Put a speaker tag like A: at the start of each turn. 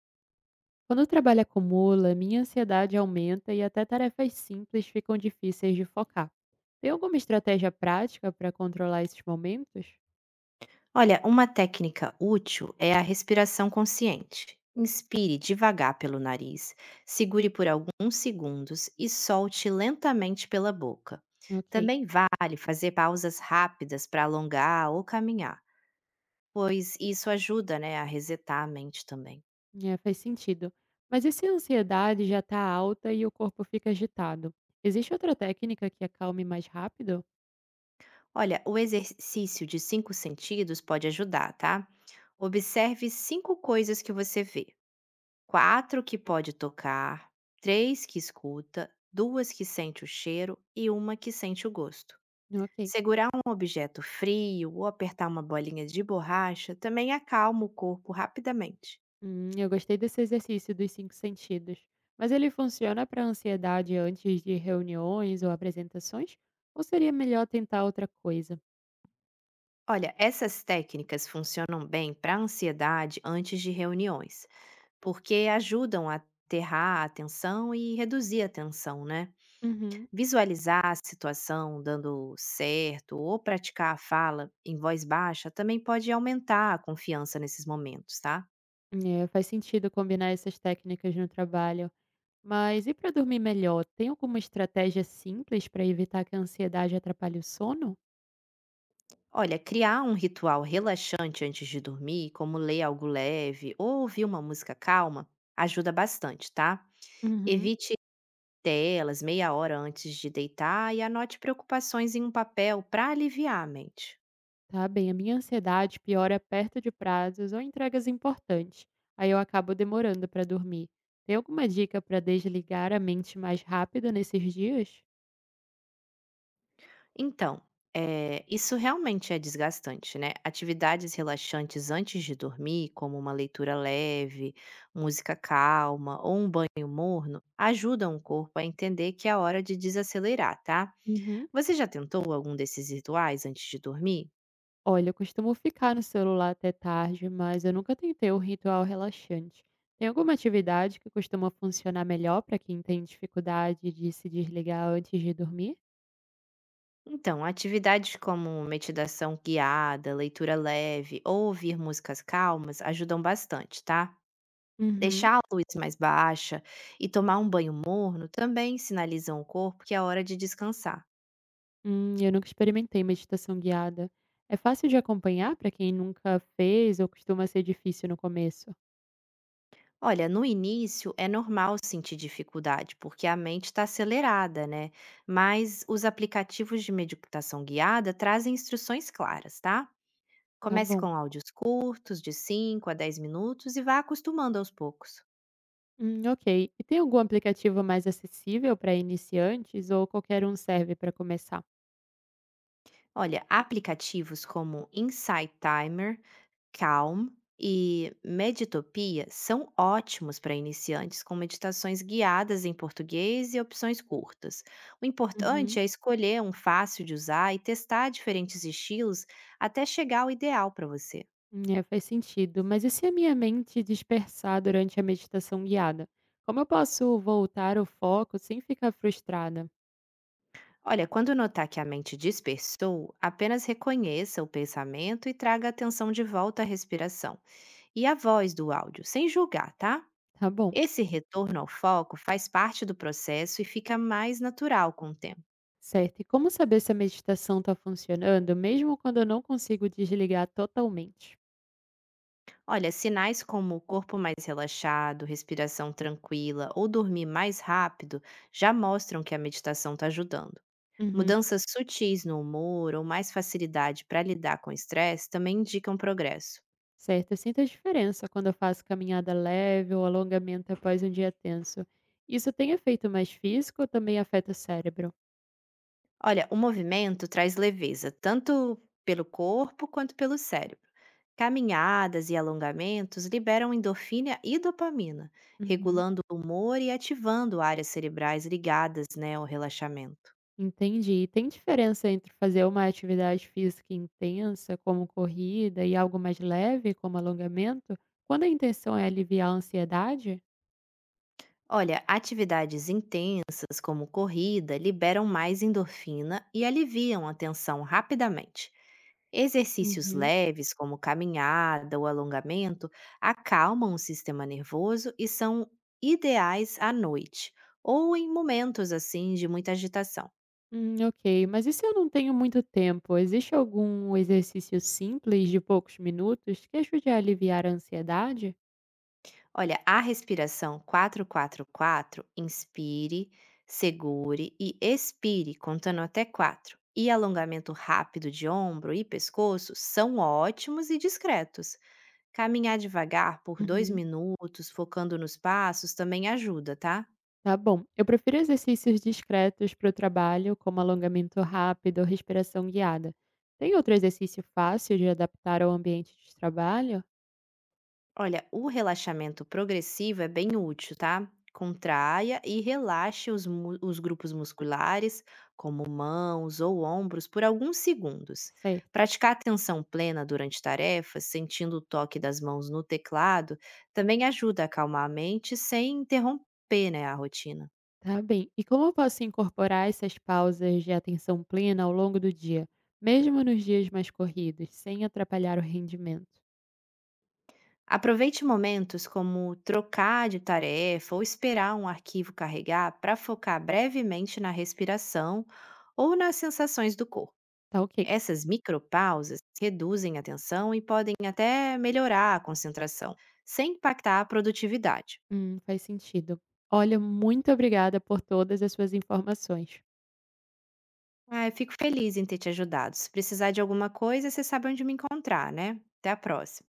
A: Quando o trabalho acumula, minha ansiedade aumenta e até tarefas simples ficam difíceis de focar. Tem alguma estratégia prática para controlar esses momentos?
B: Olha, uma técnica útil é a respiração consciente. Inspire devagar pelo nariz, segure por alguns segundos e solte lentamente pela boca.
A: Ok,
B: Também vale fazer pausas rápidas para alongar ou caminhar, pois isso ajuda, né, a resetar a mente também.
A: é, faz sentido. Mas e se a ansiedade já está alta e o corpo fica agitado? Existe outra técnica que acalme mais rápido?
B: Olha, o exercício de cinco sentidos pode ajudar, tá? Observe cinco coisas que você vê. 4 que pode tocar, 3 que escuta, 2 que sente o cheiro e uma que sente o gosto.
A: Ok.
B: Segurar um objeto frio ou apertar uma bolinha de borracha também acalma o corpo rapidamente.
A: Eu gostei desse exercício dos cinco sentidos. Mas ele funciona para ansiedade antes de reuniões ou apresentações? Ou seria melhor tentar outra coisa?
B: Olha, essas técnicas funcionam bem para ansiedade antes de reuniões, porque ajudam a aterrar a atenção e reduzir a tensão, né?
A: Uhum.
B: Visualizar a situação dando certo ou praticar a fala em voz baixa também pode aumentar a confiança nesses momentos, tá?
A: É, faz sentido combinar essas técnicas no trabalho. Mas e para dormir melhor, tem alguma estratégia simples para evitar que a ansiedade atrapalhe o sono?
B: Olha, criar um ritual relaxante antes de dormir, como ler algo leve ou ouvir uma música calma, ajuda bastante, tá?
A: Uhum.
B: Evite telas meia hora antes de deitar e anote preocupações em um papel para aliviar a mente.
A: Tá bem, a minha ansiedade piora perto de prazos ou entregas importantes. Aí eu acabo demorando para dormir. Tem alguma dica para desligar a mente mais rápido nesses dias?
B: Então, isso realmente é desgastante, né? Atividades relaxantes antes de dormir, como uma leitura leve, música calma ou um banho morno, ajudam o corpo a entender que é hora de desacelerar, tá?
A: Uhum.
B: Você já tentou algum desses rituais antes de dormir?
A: Olha, eu costumo ficar no celular até tarde, mas eu nunca tentei um ritual relaxante. Tem alguma atividade que costuma funcionar melhor para quem tem dificuldade de se desligar antes de dormir?
B: Então, atividades como meditação guiada, leitura leve ou ouvir músicas calmas ajudam bastante, tá?
A: Uhum.
B: Deixar a luz mais baixa e tomar um banho morno também sinalizam o corpo que é hora de descansar.
A: Eu nunca experimentei meditação guiada. É fácil de acompanhar para quem nunca fez ou costuma ser difícil no começo?
B: Olha, no início é normal sentir dificuldade, porque a mente está acelerada, né? Mas os aplicativos de meditação guiada trazem instruções claras, tá?
A: Tá
B: Comece
A: bom.
B: com áudios curtos, de 5 a 10 minutos, e vá acostumando aos poucos.
A: Ok. E tem algum aplicativo mais acessível para iniciantes ou qualquer um serve para começar?
B: Olha, aplicativos como Insight Timer, Calm e Meditopia são ótimos para iniciantes com meditações guiadas em português e opções curtas. O importante
A: Uhum.
B: é escolher um fácil de usar e testar diferentes estilos até chegar ao ideal para você.
A: É, faz sentido. Mas e se a minha mente dispersar durante a meditação guiada? Como eu posso voltar o foco sem ficar frustrada?
B: Olha, quando notar que a mente dispersou, apenas reconheça o pensamento e traga a atenção de volta à respiração e à voz do áudio, sem julgar, tá?
A: Tá bom,
B: Esse retorno ao foco faz parte do processo e fica mais natural com o tempo.
A: certo. E como saber se a meditação está funcionando, mesmo quando eu não consigo desligar totalmente?
B: Olha, sinais como corpo mais relaxado, respiração tranquila ou dormir mais rápido já mostram que a meditação está ajudando.
A: Uhum.
B: Mudanças sutis no humor ou mais facilidade para lidar com o estresse também indicam progresso.
A: Certo, eu sinto a diferença quando eu faço caminhada leve ou alongamento após um dia tenso. Isso tem efeito mais físico ou também afeta o cérebro?
B: Olha, o movimento traz leveza, tanto pelo corpo quanto pelo cérebro. Caminhadas e alongamentos liberam endorfina e dopamina,
A: Uhum.
B: regulando o humor e ativando áreas cerebrais ligadas, né, ao relaxamento.
A: Entendi. E tem diferença entre fazer uma atividade física intensa, como corrida, e algo mais leve, como alongamento, quando a intenção é aliviar a ansiedade?
B: Olha, atividades intensas como corrida liberam mais endorfina e aliviam a tensão rapidamente. Exercícios
A: Uhum.
B: leves, como caminhada ou alongamento, acalmam o sistema nervoso e são ideais à noite ou em momentos assim de muita agitação.
A: Ok. Mas e se eu não tenho muito tempo? Existe algum exercício simples de poucos minutos que ajude a aliviar a ansiedade?
B: Olha, a respiração 4-4-4, inspire, segure e expire, contando até 4. E alongamento rápido de ombro e pescoço são ótimos e discretos. Caminhar devagar por 2
A: Uhum.
B: minutos, focando nos passos, também ajuda, tá?
A: Tá bom. Eu prefiro exercícios discretos para o trabalho, como alongamento rápido ou respiração guiada. Tem outro exercício fácil de adaptar ao ambiente de trabalho?
B: Olha, o relaxamento progressivo é bem útil, tá? Contraia e relaxe os, os grupos musculares, como mãos ou ombros, por alguns segundos.
A: Certo,
B: Praticar atenção plena durante tarefas, sentindo o toque das mãos no teclado, também ajuda a acalmar a mente sem interromper, né, a rotina.
A: tá bem. E como eu posso incorporar essas pausas de atenção plena ao longo do dia, mesmo nos dias mais corridos, sem atrapalhar o rendimento?
B: Aproveite momentos como trocar de tarefa ou esperar um arquivo carregar para focar brevemente na respiração ou nas sensações do corpo.
A: Tá ok.
B: Essas micropausas reduzem a tensão e podem até melhorar a concentração, sem impactar a produtividade.
A: Faz sentido. Olha, muito obrigada por todas as suas informações.
B: Ah, eu fico feliz em ter te ajudado. Se precisar de alguma coisa, você sabe onde me encontrar, né? Até a próxima.